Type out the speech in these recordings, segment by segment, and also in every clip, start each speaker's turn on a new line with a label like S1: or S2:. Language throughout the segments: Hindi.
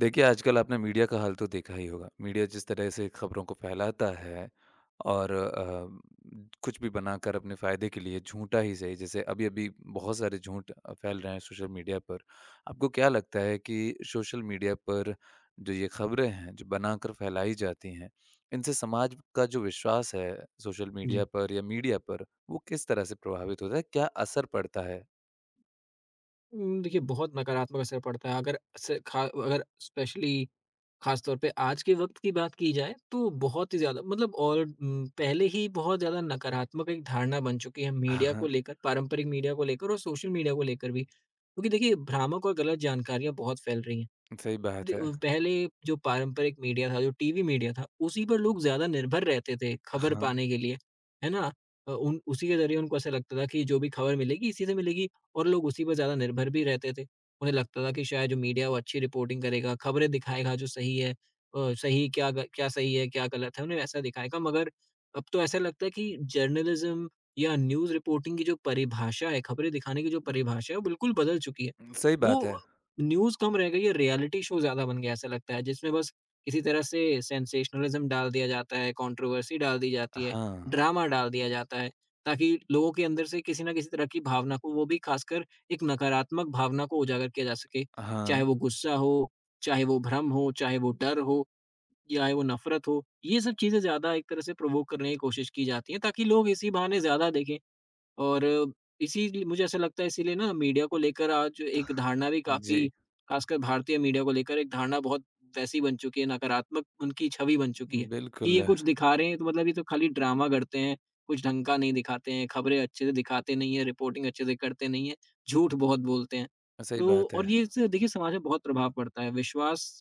S1: देखिए, आजकल आपने मीडिया का हाल तो देखा ही होगा। मीडिया जिस तरह से खबरों को फैलाता है और कुछ भी बनाकर अपने फ़ायदे के लिए झूठा ही सही, जैसे अभी-अभी बहुत सारे झूठ फैल रहे हैं सोशल मीडिया पर। आपको क्या लगता है कि सोशल मीडिया पर जो ये खबरें हैं, जो बनाकर फैलाई जाती हैं, इनसे समाज का जो विश्वास है सोशल मीडिया
S2: जी।
S1: पर या मीडिया पर, वो किस तरह से प्रभावित होता है? क्या असर पड़ता है?
S2: देखिए बहुत नकारात्मक असर पड़ता है अगर से खा अगर स्पेशली ख़ास तौर पे आज के वक़्त की बात की जाए तो बहुत ही ज़्यादा मतलब और पहले ही बहुत ज़्यादा नकारात्मक एक धारणा बन चुकी है
S1: हाँ,
S2: मीडिया को
S1: हाँ।
S2: लेकर, पारंपरिक मीडिया को लेकर और सोशल मीडिया को लेकर भी। क्योंकि देखिए भ्रामक और गलत जानकारियाँ बहुत फैल रही हैं।
S1: सही बात है।
S2: पहले जो पारंपरिक मीडिया था, जो टीवी मीडिया था, उसी पर लोग ज़्यादा निर्भर रहते थे खबर
S1: हाँ,
S2: पाने के लिए, है ना? उन उसी के ज़रिए उनको ऐसा लगता था कि जो भी खबर मिलेगी, इसी से मिलेगी और लोग उसी पर ज़्यादा निर्भर भी रहते थे। उन्हें लगता था कि शायद जो मीडिया है, वो अच्छी रिपोर्टिंग करेगा, खबरें दिखाएगा जो सही है। सही क्या ग क्या सही है, क्या गलत है, उन्हें वैसा दिखाएगा। मगर अब तो ऐसा लगता है कि जर्नलिज़्म या न्यूज़ रिपोर्टिंग की जो परिभाषा है, खबरें दिखाने की जो परिभाषा है, वो बिल्कुल बदल चुकी है।
S1: सही
S2: वो
S1: बात है।
S2: न्यूज़ कम रह गई है, रियलिटी शो ज़्यादा बन गया ऐसा लगता है जिसमें बस किसी तरह से सेंसेशनलिज़्म डाल दिया जाता है, कंट्रोवर्सी डाल दी जाती है,
S1: हाँ।
S2: ड्रामा डाल दिया जाता है, ताकि लोगों के अंदर से किसी न किसी तरह की भावना को वो भी खासकर एक नकारात्मक भावना को उजागर किया जा सके। चाहे
S1: हाँ,
S2: वो गुस्सा हो, चाहे वो भ्रम हो, चाहे वो डर हो, चाहे वो नफ़रत हो, ये सब चीज़ें ज़्यादा एक तरह से प्रोवोक करने की कोशिश की जाती है ताकि लोग इसी बहाने ज़्यादा देखें। और इसीलिए मुझे ऐसा लगता है इसीलिए ना मीडिया को लेकर आज एक धारणा भी काफ़ी
S1: जी,
S2: खासकर भारतीय मीडिया को लेकर एक धारणा बहुत वैसी बन चुकी है, नकारात्मक उनकी छवि बन चुकी है, कि
S1: बिल्कुल,
S2: ये कुछ दिखा रहे हैं तो मतलब ये तो खाली ड्रामा करते हैं, कुछ ढंग का नहीं दिखाते हैं, खबरें अच्छे से दिखाते नहीं हैं, रिपोर्टिंग अच्छे से करते नहीं हैं, झूठ बहुत बोलते हैं।
S1: सही
S2: तो
S1: बात है।
S2: और ये इससे देखिए समाज में बहुत प्रभाव पड़ता है, विश्वास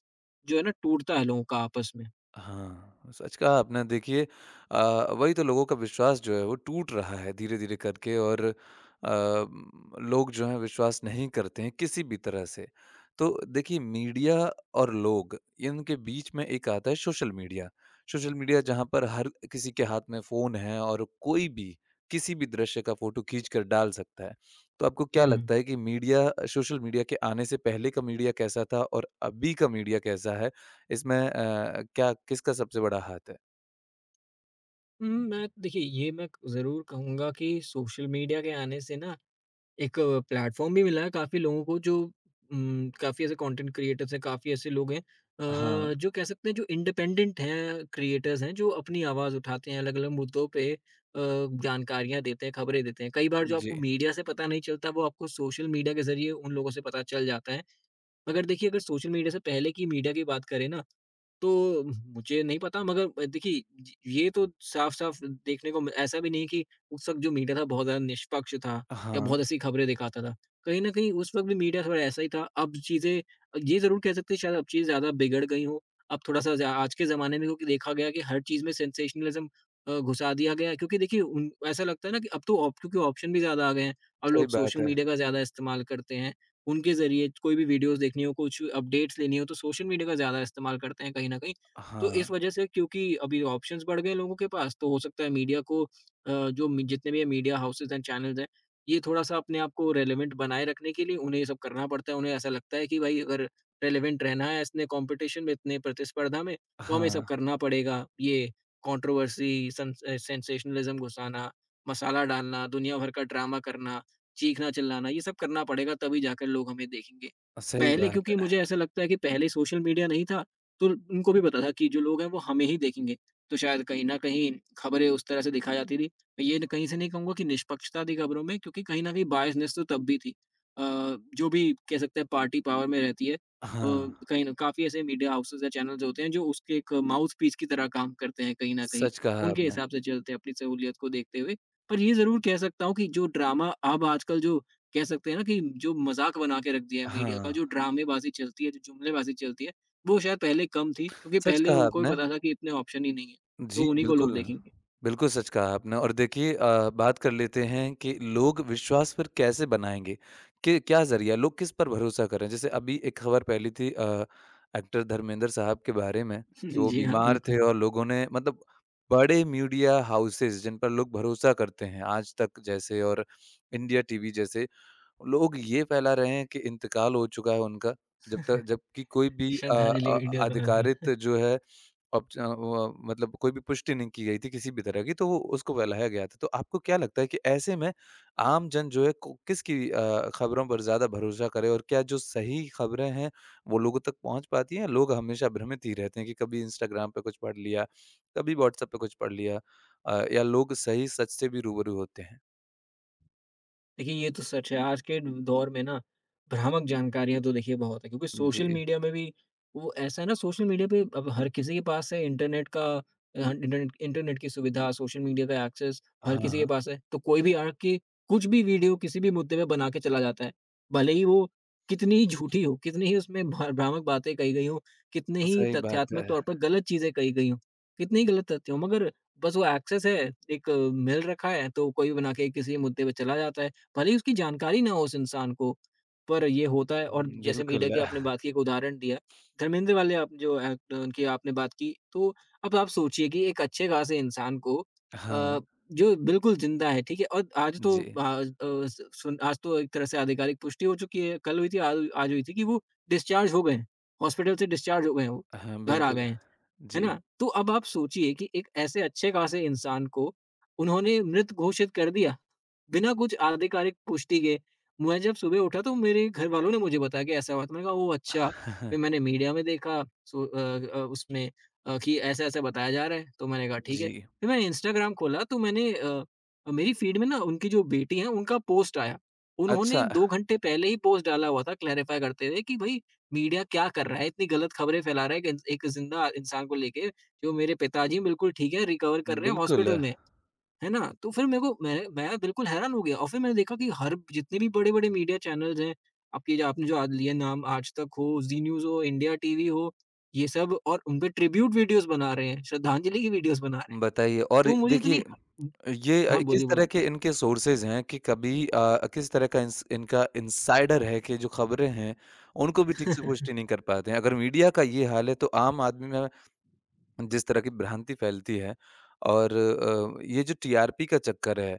S2: जो है ना टूटता है लोगों का आपस में।
S1: हाँ, सच कहा आपने। देखिए वही तो लोगों का विश्वास जो है वो टूट रहा है धीरे-धीरे करके और लोग जो हैं विश्वास नहीं करते हैं किसी भी तरह से। तो देखिए मीडिया और लोग इनके बीच में एक आता है सोशल मीडिया। सोशल मीडिया जहाँ पर हर किसी के हाथ में फ़ोन है और कोई भी, किसी भी दृश्य का फ़ोटो खींच कर डाल सकता है। तो आपको क्या
S2: हुँ।
S1: लगता है कि मीडिया सोशल मीडिया के आने से पहले का मीडिया कैसा था और अभी का मीडिया कैसा है? इसमें क्या किसका सबसे बड़ा हाथ है?
S2: हुँ, मैं देखिए ये मैं ज़रूर कहूँगा कि सोशल मीडिया के आने से ना एक प्लेटफ़ॉर्म भी मिला है काफ़ी लोगों को जो काफ़ी ऐसे कंटेंट क्रिएटर्स हैं, काफ़ी ऐसे लोग हैं
S1: हाँ।
S2: जो कह सकते हैं जो इंडिपेंडेंट हैं, क्रिएटर्स हैं, जो अपनी आवाज़ उठाते हैं, अलग-अलग मुद्दों पे जानकारियाँ देते हैं, खबरें देते हैं। कई बार जो
S1: जी।
S2: आपको मीडिया से पता नहीं चलता, वो आपको सोशल मीडिया के ज़रिए उन लोगों से पता चल जाता है। मगर देखिए अगर सोशल मीडिया से पहले की मीडिया की बात करें ना, तो मुझे नहीं पता मगर देखिए ज ये तो साफ-साफ देखने को ऐसा भी नहीं कि उस वक़्त जो मीडिया था बहुत ज़्यादा निष्पक्ष था या
S1: हाँ,
S2: बहुत ऐसी खबरें दिखाता था। कहीं न कहीं उस वक़्त भी मीडिया थोड़ा ऐसा ही था। अब चीज़ें ये ज़रूर कह सकते हैं शायद अब चीज़ ज़्यादा बिगड़ गई हो। अब थोड़ा-सा ज आज के ज़माने में क्योंकि देखा गया कि हर चीज़ में सेंसेशनलिज़्म घुसा दिया गया है क्योंकि देखिए उन ऐसा लगता है ना कि अब तो ऑप क्योंकि ऑप्शन भी ज़्यादा आ गए हैं। अब
S1: सही
S2: लोग
S1: बात
S2: सोशल
S1: है।
S2: मीडिया का ज़्यादा इस्तेमाल करते हैं। उनके ज़रिए कोई भी वीडियोज़ देखनी हो, कुछ अपडेट्स लेनी हो, तो सोशल मीडिया का ज़्यादा इस्तेमाल करते हैं कहीं न कहीं। तो
S1: हाँ,
S2: इस वजह से क्योंकि अभी ऑप्शंस बढ़ गए हैं लोगों के पास, तो हो सकता है मीडिया को जो मि जितने भी ये मीडिया हाउसेज़ एंड चैनल्स हैं, ये थोड़ा-सा अपने आप को रेलेवेंट बनाए रखने के लिए उन्हें ये सब करना पड़ता है। उन्हें ऐसा लगता है कि भाई अगर रेलेवेंट रहना है इतने कॉम्पिटिशन में, इतने प्रतिस्पर्धा में, तो हमें ये सब
S1: हाँ,
S2: करना पड़ेगा। ये कंट्रोवर्सी, सेंसेशनलिज़्म घुसाना, मसाला डालना, दुनिया भर का ड्रामा करना, चीखना-चिल्लाना ये सब करना पड़ेगा तभी जाकर लोग हमें देखेंगे।
S1: सही
S2: पहले
S1: बात
S2: क्योंकि मुझे
S1: है।
S2: ऐसा लगता है कि पहले सोशल मीडिया नहीं था, तो उनको भी पता था कि जो लोग हैं वो हमें ही देखेंगे। तो शायद कहीं न कहीं खबरें उस तरह से दिखाई जाती थी। मैं ये न- कहीं से नहीं कहूँगा कि निष्पक्षता थी खबरों में क्योंकि कहीं न कहीं बायसनेस तो तब भी थी। अ, जो भी कह सकते हैं पार्टी पावर में रहती है।
S1: हाँ,
S2: कहीं न काफ़ी ऐसे मीडिया हाउसेज़ या चैनल्स होते हैं जो उसके एक माउथपीस की तरह काम करते हैं कहीं न कहीं।
S1: सच कहा
S2: उनके
S1: आपने।
S2: हिसाब से चलते हैं अपनी सहूलियत को देखते हुए। पर ये ज़रूर कह सकता हूँ कि जो ड्रामा अब आजकल जो कह सकते हैं ना कि जो मज़ाक बना के रख दिया है मीडिया का,
S1: हाँ,
S2: जो ड्रामेबाज़ी चलती है, जो जुमलेबाज़ी चलती है, वो शायद पहले कम थी क्योंकि
S1: सच
S2: पहले
S1: कहा
S2: उनको भी
S1: आपने।
S2: पता था कि इतने ऑप्शन ही नहीं है,
S1: जी,
S2: तो उन्हीं को लोग
S1: बिल्कुल।
S2: देखेंगे।
S1: बिल्कुल सच कहा आपने और देखिए बात कर लेते हैं कि लोग विश्वास फिर कैसे बनाएँगे? कि क्या ज़रिया लोग किस पर भरोसा करें? जैसे अभी एक खबर फैली थी एक्टर धर्मेंद्र साहब के बारे में कि वो
S2: जी हाँ,
S1: बीमार थे
S2: बिल्कुल।
S1: और लोगों ने मतलब बड़े मीडिया हाउसेज़ जिन पर लोग भरोसा करते हैं, आज तक जैसे और इंडिया टीवी जैसे, लोग ये फैला रहे हैं कि इंतकाल हो चुका है उनका, जब तक जबकि कोई भी
S2: श्रद्धांजलि वीडियो बना दी।
S1: अधिकारित जो है ऑप्श अ, व मतलब कोई भी पुष्टि नहीं की गई थी किसी भी तरह की, तो वो उसको फैलाया गया था। तो आपको क्या लगता है कि ऐसे में आम जन जो है को किसकी खबरों पर ज़्यादा भरोसा करे और क्या जो सही खबरें हैं, वो लोगों तक पहुँच पाती हैं? लोग हमेशा भ्रमित ही रहते हैं कि कभी इंस्टाग्राम पे कुछ पढ़ लिया, कभी व्हाट्सएप पे कुछ पढ़ लिया या लोग सही सच से भी रूबरू होते हैं?
S2: देखिए, ये तो सच है। आज के दौर में ना भ्रामक जानकारियाँ तो देखिए बहुत है क्योंकि सोशल
S1: जी।
S2: मीडिया में भी वो ऐसा है ना सोशल मीडिया पे अब हर किसी के पास है इंटरनेट का इंटरनेट इंटरनेट की सुविधा, सोशल मीडिया का एक्सेस हर किसी के
S1: हाँ,
S2: पास है। तो कोई भी आके कुछ भी वीडियो किसी भी मुद्दे पे बना के चला जाता है। भले ही वो कितनी ही झूठी हो, कितनी ही उसमें भा भ्रामक बातें कही गई हों, कितने ही
S1: सही बात
S2: तथ्यात्मक
S1: है।
S2: तौर पर गलत चीज़ें कही गई हों, कितने ही गलत तथ्य हों, मगर बस वो एक्सेस है, एक मिल रखा है तो कोई भी बना के किसी मुद्दे पे चला जाता है। भले ही उसकी जानकारी ना हो उस इंसान को, पर ये होता है और
S1: हुँ,
S2: जैसे
S1: बिल्कुल।
S2: मीडिया की आपने बात की, एक उदाहरण दिया। धर्मेंद्र वाले आप जो एक्टर उनकी आपने बात की, तो अब आप सोचिए कि एक अच्छे खासे इंसान को
S1: हाँ,
S2: अ, जो बिल्कुल ज़िंदा है, ठीक है? और आज तो
S1: जी।
S2: स सुन आज तो एक तरह से आधिकारिक पुष्टि हो चुकी है, कल हुई थी, आज आज हुई थी कि वो डिस्चार्ज हो गए हैं। हॉस्पिटल से डिस्चार्ज हो गए हैं वो,
S1: हाँ,
S2: घर आ
S1: बिल्कुल।
S2: गए हैं, है
S1: जी।
S2: ना? तो अब आप सोचिए कि एक ऐसे अच्छे खासे इंसान को उन्होंने मृत घोषित कर दिया। बिना कुछ आधिकारिक पुष्टि के, मैं जब सुबह उठा तो मेरे घर वालों ने मुझे बताया कि ऐसा हुआ था। मैंने कहा ओह अच्छा, फिर मैंने मीडिया में देखा उसमें कि ऐसा-ऐसा बताया जा रहा है, तो मैंने कहा ठीक है।
S1: जी।
S2: फिर मैंने इंस्टाग्राम खोला तो मेरी फीड में ना उनकी जो बेटी है उनका पोस्ट आया। उन्होंने
S1: अच्छा,
S2: 2 घंटे पहले ही पोस्ट डाला हुआ था क्लैरिफाई करते हुए कि भाई मीडिया क्या कर रहा है? इतनी गलत खबरें फैला रहा है एक एक ज़िंदा इंसान को लेके, जो मेरे पिताजी बिल्कुल ठीक है, रिकवर कर रहे हैं,
S1: बिल्कुल,
S2: हॉस्पिटल में है। है ना? तो फिर मेरे को मैं बिल्कुल हैरान हो गया और फिर मैंने देखा कि हर जितने भी बड़े-बड़े मीडिया चैनल्स हैं, आपके जो आपने जो आज लिए नाम आज तक हो, जी न्यूज़ हो, इंडिया टीवी हो, ये सब और उन पे ट्रिब्यूट वीडियोज़ बना रहे हैं, श्रद्धांजलि की वीडियोज़ बना रहे हैं।
S1: बताइए और
S2: तो मुझे इतनी
S1: देखिए ये
S2: हाँ,
S1: किस
S2: बोलिए,
S1: तरह
S2: बोलिए।
S1: के इनके सोर्सेज़ हैं कि कभी किस तरह का इंस इनका इनसाइडर है कि जो खबरें हैं, उनको भी ठीक से पुष्टि नहीं कर पाते हैं। अगर मीडिया का ये हाल है तो आम आदमी में जिस तरह की भ्रांति फैलती है और ये जो टीआरपी का चक्कर है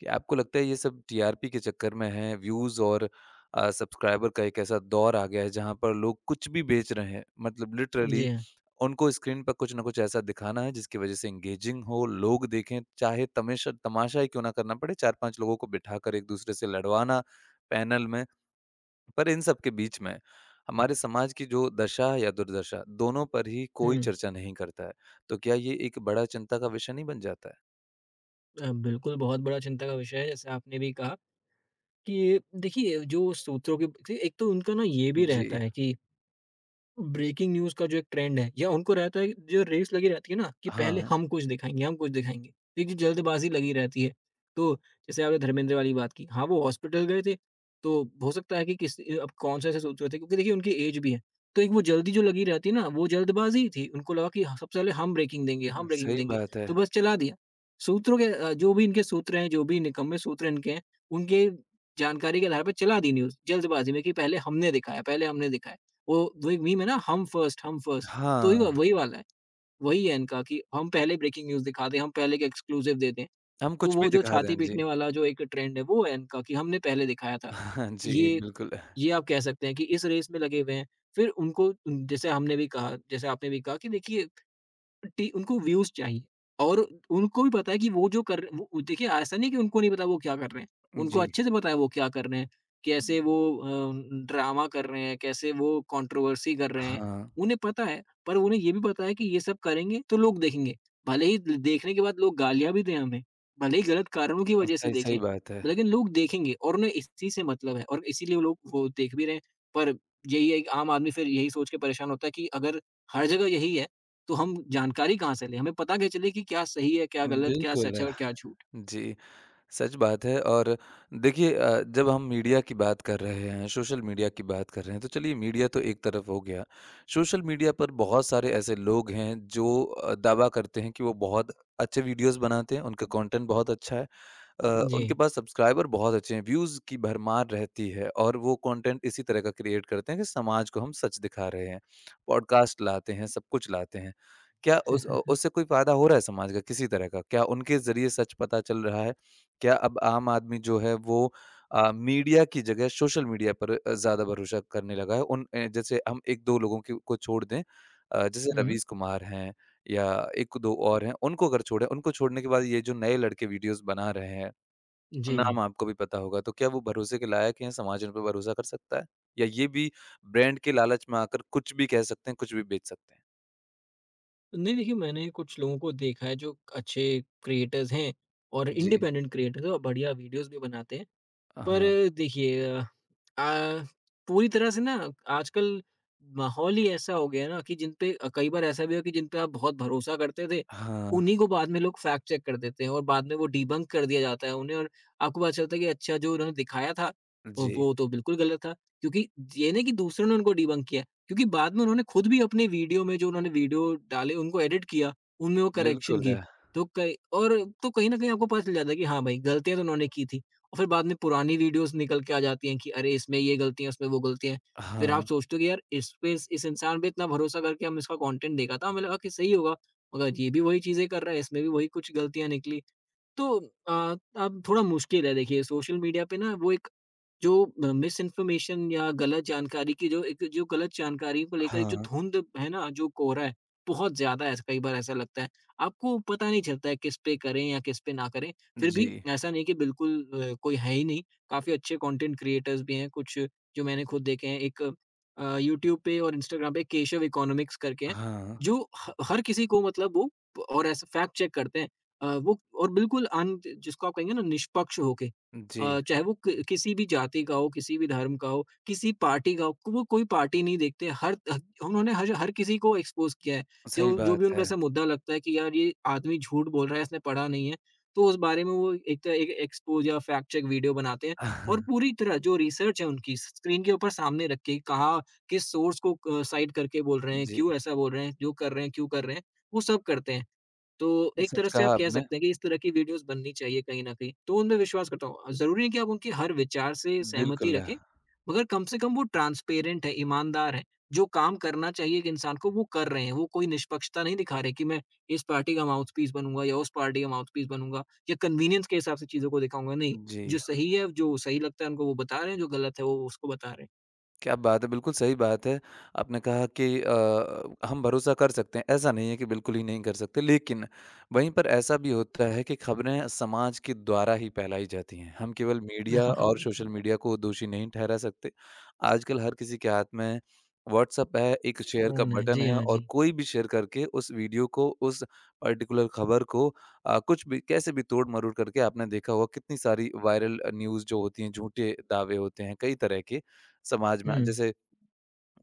S1: कि आपको लगता है ये सब टीआरपी के चक्कर में है व्यूज़ और सब्सक्राइबर का एक ऐसा दौर आ गया है जहाँ पर लोग कुछ भी बेच रहे हैं मतलब लिटरली
S2: जी हाँ।
S1: उनको स्क्रीन पर कुछ ना कुछ ऐसा दिखाना है जिसकी वज़ह से एंगेजिंग हो, लोग देखें, चाहे तमेशा तमाशा ही क्यों ना करना पड़े, 4-5 लोगों को बिठाकर एक दूसरे से लड़वाना पैनल में, पर इन सब के बीच में हमारे समाज की जो दशा या दुर्दशा दोनों पर ही कोई
S2: हुँ।
S1: चर्चा नहीं करता है। तो क्या ये एक बड़ा चिंता का विषय नहीं बन जाता है?
S2: बिल्कुल बहुत बड़ा चिंता का विषय है जैसे आपने भी कहा कि देखिए जो सूत्रों के देखिए एक तो उनका ना ये भी
S1: जी।
S2: रहता है कि ब्रेकिंग न्यूज़ का जो एक ट्रेंड है या उनको रहता है जो रेस लगी रहती है ना कि पहले
S1: हाँ,
S2: हम कुछ दिखाएँगे, हम कुछ दिखाएँगे। देखिए जल्दबाज़ी लगी रहती है। तो जैसे आपने धर्मेंद्र वाली बात की, हाँ, वो हॉस्पिटल गए थे, तो हो सकता है कि अब कौन-सा ऐसा सोच रहे थे क्योंकि देखिए उनकी एज भी है। तो एक वो जल्दी जो लगी रहती है ना, वो जल्दबाज़ी ही थी। उनको लगा कि सबसे पहले हम ब्रेकिंग
S1: सही
S2: देंगे,
S1: बात है।
S2: तो बस चला दिया। सूत्रों के जो भी इनके सूत्र हैं, जो भी निकम्मे सूत्र इनके हैं, उनके जानकारी के आधार पर चला दी न्यूज़ जल्दबाज़ी में कि पहले हमने दिखाया, पहले हमने दिखाया। वो वो एक मीम है ना हम फर्स्ट तो
S1: हाँ,
S2: वही वाला है। वही है इनका कि हम पहले ब्रेकिंग न्यूज़ दिखा दें, हम पहले के एक्सक्लूसिव दे दें।
S1: हम
S2: तो
S1: कुछ भी
S2: वो जो
S1: दिखा
S2: छाती
S1: दें, जी।
S2: पीटने वाला जो एक ट्रेंड है वो है इनका कि हमने पहले दिखाया था।
S1: हाँ जी,
S2: ये
S1: बिल्कुल।
S2: ये आप कह सकते हैं कि इस रेस में लगे हुए हैं। फिर जैसे हमने भी कहा जैसे आपने भी कहा कि देखिए टी उनको व्यूज़ चाहिए और उनको भी पता है कि वो जो कर देखिए ऐसा नहीं है कि उनको नहीं पता वो क्या कर रहे हैं। उनको
S1: जी,
S2: अच्छे से पता है वो क्या कर रहे हैं, कैसे वो ड्रामा कर रहे हैं, कैसे वो कंट्रोवर्सी कर रहे हैं।
S1: हाँ,
S2: उन्हें पता है, पर उन्हें ये भी पता है कि ये सब करेंगे तो लोग देखेंगे। भले ही द देखने के बाद लोग गालियाँ भी दें हमें, भले ही गलत कारणों की वज़ह से
S1: सही
S2: देखें,
S1: सही बात है।
S2: लेकिन लोग देखेंगे और उन्हें इसी से मतलब है और इसीलिए वो लोग वो देख भी रहे हैं। पर यही है कि आम आदमी फिर यही सोच के परेशान होता है कि अगर हर जगह यही है तो हम जानकारी कहाँ से लें? हमें पता कैसे चले कि क्या सही है, क्या गलत, क्या सच
S1: बिल्कुल,
S2: है और क्या झूठ?
S1: जी, सच बात है और देखिए जब हम मीडिया की बात कर रहे हैं, सोशल मीडिया की बात कर रहे हैं, तो चलिए मीडिया तो एक तरफ हो गया। सोशल मीडिया पर बहुत सारे ऐसे लोग हैं जो दावा करते हैं कि वो बहुत अच्छे वीडियोज़ बनाते हैं, उनका कंटेंट बहुत अच्छा है। अ,
S2: जी।
S1: उनके पास सब्सक्राइबर बहुत अच्छे हैं, व्यूज़ की भरमार रहती है और वो कंटेंट इसी तरह का क्रिएट करते हैं कि समाज को हम सच दिखा रहे हैं। पॉडकास्ट लाते हैं, सब कुछ लाते हैं। क्या उस उससे कोई फ़ायदा हो रहा है समाज का किसी तरह का? क्या उनके ज़रिए सच पता चल रहा है? क्या अब आम आदमी जो है वो मीडिया की जगह सोशल मीडिया पर ज़्यादा भरोसा करने लगा है? उन जैसे हम 1-2 लोगों की को छोड़ दें, जैसे
S2: हुँ, हुँ।
S1: रवीश कुमार हैं या 1-2 और हैं, उनको अगर छोड़ें, उनको छोड़ने के बाद ये जो नए लड़के वीडियोज़ बना रहे हैं, नाम
S2: जी।
S1: आपको भी पता होगा, तो क्या वो भरोसे के लायक हैं, समाज उन पे भरोसा कर सकता है? या ये भी ब्रांड के लालच में आकर कुछ भी कह सकते हैं, कुछ भी बेच सकते हैं?
S2: नहीं देखिए मैंने कुछ लोगों को देखा है जो अच्छे क्रिएटर्स हैं और
S1: जी।
S2: इंडिपेंडेंट क्रिएटर्स हैं और बढ़िया वीडियोज़ भी बनाते हैं। पर
S1: हाँ।
S2: देखिए अ, पूरी तरह से ना आजकल माहौल ही ऐसा हो गया है ना कि जिन पे कई बार ऐसा भी हुआ कि जिन पे आप बहुत भरोसा करते थे,
S1: हाँ।
S2: उन्हीं को बाद में लोग फैक्ट चेक कर देते हैं और बाद में वो डिबंक कर दिया जाता है उन्हें और आपको पता चलता है कि अच्छा जो उन्होंने दिखाया था, वो
S1: जी।
S2: वो तो बिल्कुल गलत था। क्योंकि ये नहीं कि दूसरों ने उनको डिबंक किया, क्योंकि बाद में उन्होंने खुद भी अपने वीडियो में जो उन्होंने वीडियो डाले, उनको एडिट किया, उनमें वो करेक्शन
S1: बिल्कुल
S2: किए।
S1: है।
S2: तो कई और तो कहीं न कहीं आपको पता चल जाता है कि हाँ भाई, गलतियाँ तो उन्होंने की थी। और फिर बाद में पुरानी वीडियोज़ निकल के आ जाती हैं कि अरे! इसमें ये गलतियाँ, उसमें वो गलतियाँ। फिर आप
S1: हाँ,
S2: सोचते हो कि यार इस पे इस इंसान पे इतना भरोसा करके हमने इसका कंटेंट देखा था, हमें लगा कि सही होगा, मगर ये भी वही चीज़ें कर रहा है, इसमें भी वही कुछ गलतियाँ निकली। तो अ, अब थोड़ा मुश्किल है देखिए सोशल मीडिया पे ना वो एक जो मिसइन्फॉर्मेशन या गलत जानकारी की जो एक जो गलत जानकारी को लेकर एक जो
S1: हाँ।
S2: धुंध है ना, जो कोहरा है, बहुत ज़्यादा ऐसा कई बार ऐसा लगता है। आपको पता नहीं चलता है किस पे करें या किस पे ना करें। फिर
S1: जी।
S2: भी ऐसा नहीं कि बिल्कुल कोई है ही नहीं, काफ़ी अच्छे कंटेंट क्रिएटर्स भी हैं, कुछ जो मैंने खुद देखे हैं। एक यूट्यूब पे और इंस्टाग्राम पे केशव इकोनॉमिक्स करके हैं,
S1: हाँ।
S2: जो ह हर किसी को मतलब वो और ऐसा फैक्ट चेक करते हैं। वो और बिल्कुल अन जिसको आप कहेंगे ना निष्पक्ष होके।
S1: जी।
S2: चाहे वो क किसी भी जाति का हो, किसी भी धर्म का हो, किसी पार्टी का हो, वो कोई पार्टी नहीं देखते। हर ह उन्होंने हर हर किसी को एक्सपोज़ किया है।
S1: सही
S2: जो जो भी
S1: बात
S2: उनका
S1: है।
S2: ऐसा मुद्दा लगता है कि यार ये आदमी झूठ बोल रहा है, इसने पढ़ा नहीं है, तो उस बारे में वो एक एक्सपोज़ या फैक्ट चेक वीडियो बनाते हैं और पूरी तरह जो रिसर्च है उनकी स्क्रीन के ऊपर सामने रख के कहाँ, किस सोर्स को क साइट करके बोल रहे हैं,
S1: जी।
S2: क्यों ऐसा बोल रहे हैं, जो कर रहे हैं, क्यों कर रहे हैं, वो सब करते हैं। तो एक
S1: सच
S2: तरह से आप
S1: कहा
S2: कह
S1: आपने।
S2: सकते हैं कि इस तरह की वीडियोज़ बननी चाहिए कहीं न कहीं, तो उनमें विश्वास करता हूँ। ज़रूरी है कि आप उनकी हर विचार से सहमति
S1: बिल्कुल है।
S2: रखें, मगर कम से कम वो ट्रांसपेरेंट है, ईमानदार है। जो काम करना चाहिए एक इंसान को वो कर रहे हैं, वो कोई निष्पक्षता नहीं दिखा रहे कि मैं इस पार्टी का माउथपीस बनूँगा या उस पार्टी का माउथपीस बनूँगा या कन्वीनियंस के हिसाब से चीज़ों को दिखाऊँगा, नहीं।
S1: जी।
S2: जो सही है, जो सही लगता है उनको वो बता रहे हैं, जो गलत है वो उसको बता रहे
S1: क्या बात है! बिल्कुल सही बात है। आपने कहा कि हम भरोसा कर सकते हैं, ऐसा नहीं है कि बिल्कुल ही नहीं कर सकते। लेकिन वहीं पर ऐसा भी होता है कि खबरें समाज के द्वारा ही फैलाई जाती हैं। हम केवल
S2: हैं।
S1: मीडिया
S2: हाँ, हाँ,
S1: और सोशल
S2: बिल्कुल।
S1: मीडिया को दोषी नहीं ठहरा सकते। आजकल हर किसी के हाथ में व्हाट्सएप है, एक शेयर का
S2: फ़ोन है।
S1: बटन
S2: जी
S1: है
S2: हाँ,
S1: और
S2: जी।
S1: कोई भी शेयर करके उस वीडियो को, उस पर्टिकुलर खबर को कुछ भी कैसे भी तोड़-मरोड़ करके आपने देखा होगा कितनी सारी वायरल न्यूज़ जो होती हैं, झूठे दावे होते हैं कई तरह के। समाज में
S2: हुँ।
S1: जैसे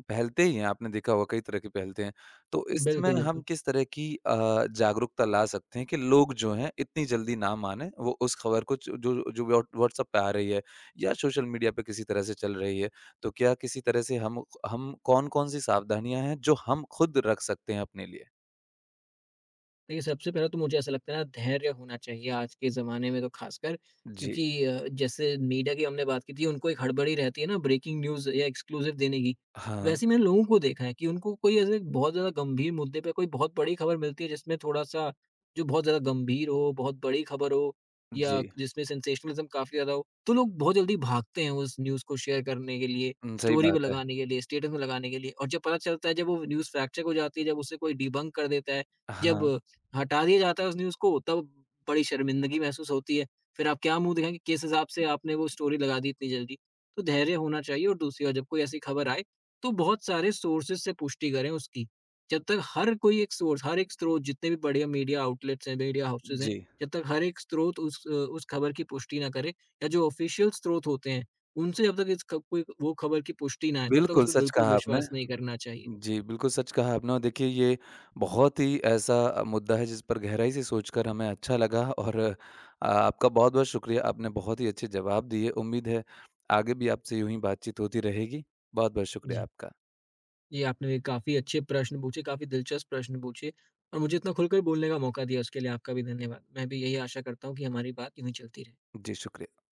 S1: पहलते ही हैं, आपने देखा होगा कई तरह की पहलते हैं। तो इसमें
S2: बिल्कुल,
S1: हम
S2: बिल्कुल।
S1: किस तरह की जागरूकता ला सकते हैं कि लोग जो हैं इतनी जल्दी ना मानें, वो उस खबर को जो जो जो व्हाट व्हाट्सएप पे आ रही है या सोशल मीडिया पे किसी तरह से चल रही है। तो क्या किसी तरह से हम कौन-कौन सी सावधानियाँ हैं जो हम खुद रख सकते हैं अपने लिए?
S2: देखिए, सबसे पहले तो मुझे ऐसा लगता है ना धैर्य होना चाहिए आज के ज़माने में तो ख़ासकर
S1: जी।
S2: क्योंकि जैसे मीडिया की हमने बात की थी, उनको एक हड़बड़ी रहती है ना ब्रेकिंग न्यूज़ या एक्सक्लूसिव देने की।
S1: हाँ,
S2: वैसे ही मैंने लोगों को देखा है कि उनको कोई ऐसे बहुत ज़्यादा गंभीर मुद्दे पे कोई बहुत बड़ी खबर मिलती है जिसमें थोड़ा-सा जो बहुत ज़्यादा गंभीर हो, बहुत बड़ी खबर हो
S1: जी।
S2: या जिसमें सेंसेशनलिज़्म काफ़ी ज़्यादा हो, तो लोग बहुत जल्दी भागते हैं उस न्यूज़ को शेयर करने के लिए,
S1: हुँ, सही
S2: स्टोरी
S1: बात
S2: में
S1: है।
S2: लगाने के लिए, स्टेटस में लगाने के लिए और जब पता चलता है जब वो न्यूज़ फैक्ट चेक हो जाती है, जब उसे कोई डिबंक कर देता है, जब
S1: हाँ,
S2: हटा दिया जाता है उस न्यूज़ को तब बड़ी शर्मिंदगी महसूस होती है। फिर आप क्या मुँह दिखाएँगे, किस हिसाब से आपने वो स्टोरी लगा दी इतनी जल्दी। तो धैर्य होना चाहिए और दूसरी बात जब कोई ऐसी खबर आए, तो बहुत सारे सोर्सेज़ से पुष्टि करें उसकी। जब तक हर एक स्रोत जितने भी बढ़िया मीडिया आउटलेट्स हैं, मीडिया हाउसेज़ हैं,
S1: जी।
S2: जब तक हर एक स्रोत उस उस खबर की पुष्टि ना करे या जो ऑफ़िशियल स्रोत होते हैं, उनसे जब तक इस ख कोई वो खबर की पुष्टि ना आए, तब तक
S1: बिल्कुल,
S2: उसपे
S1: सच
S2: बिल्कुल
S1: कहा आपने।
S2: विश्वास नहीं करना चाहिए।
S1: जी, बिल्कुल सच कहा आपने और देखिए ये बहुत ही ऐसा मुद्दा है जिस पर गहराई से सोचकर हमें अच्छा लगा और आपका बहुत-बहुत शुक्रिया, आपने बहुत ही अच्छे जवाब दिए। उम्मीद है आगे भी आपसे यूँ ही बातचीत होती रहेगी। बहुत-बहुत शुक्रिया
S2: जी।
S1: आपका।
S2: जी, आपने काफ़ी अच्छे प्रश्न पूछे, काफ़ी दिलचस्प प्रश्न पूछे और मुझे इतना खुलकर बोलने का मौका दिया उसके लिए आपका भी धन्यवाद। मैं भी यही आशा करता हूँ कि हमारी बात यूँ ही चलती रहे।
S1: जी, शुक्रिया।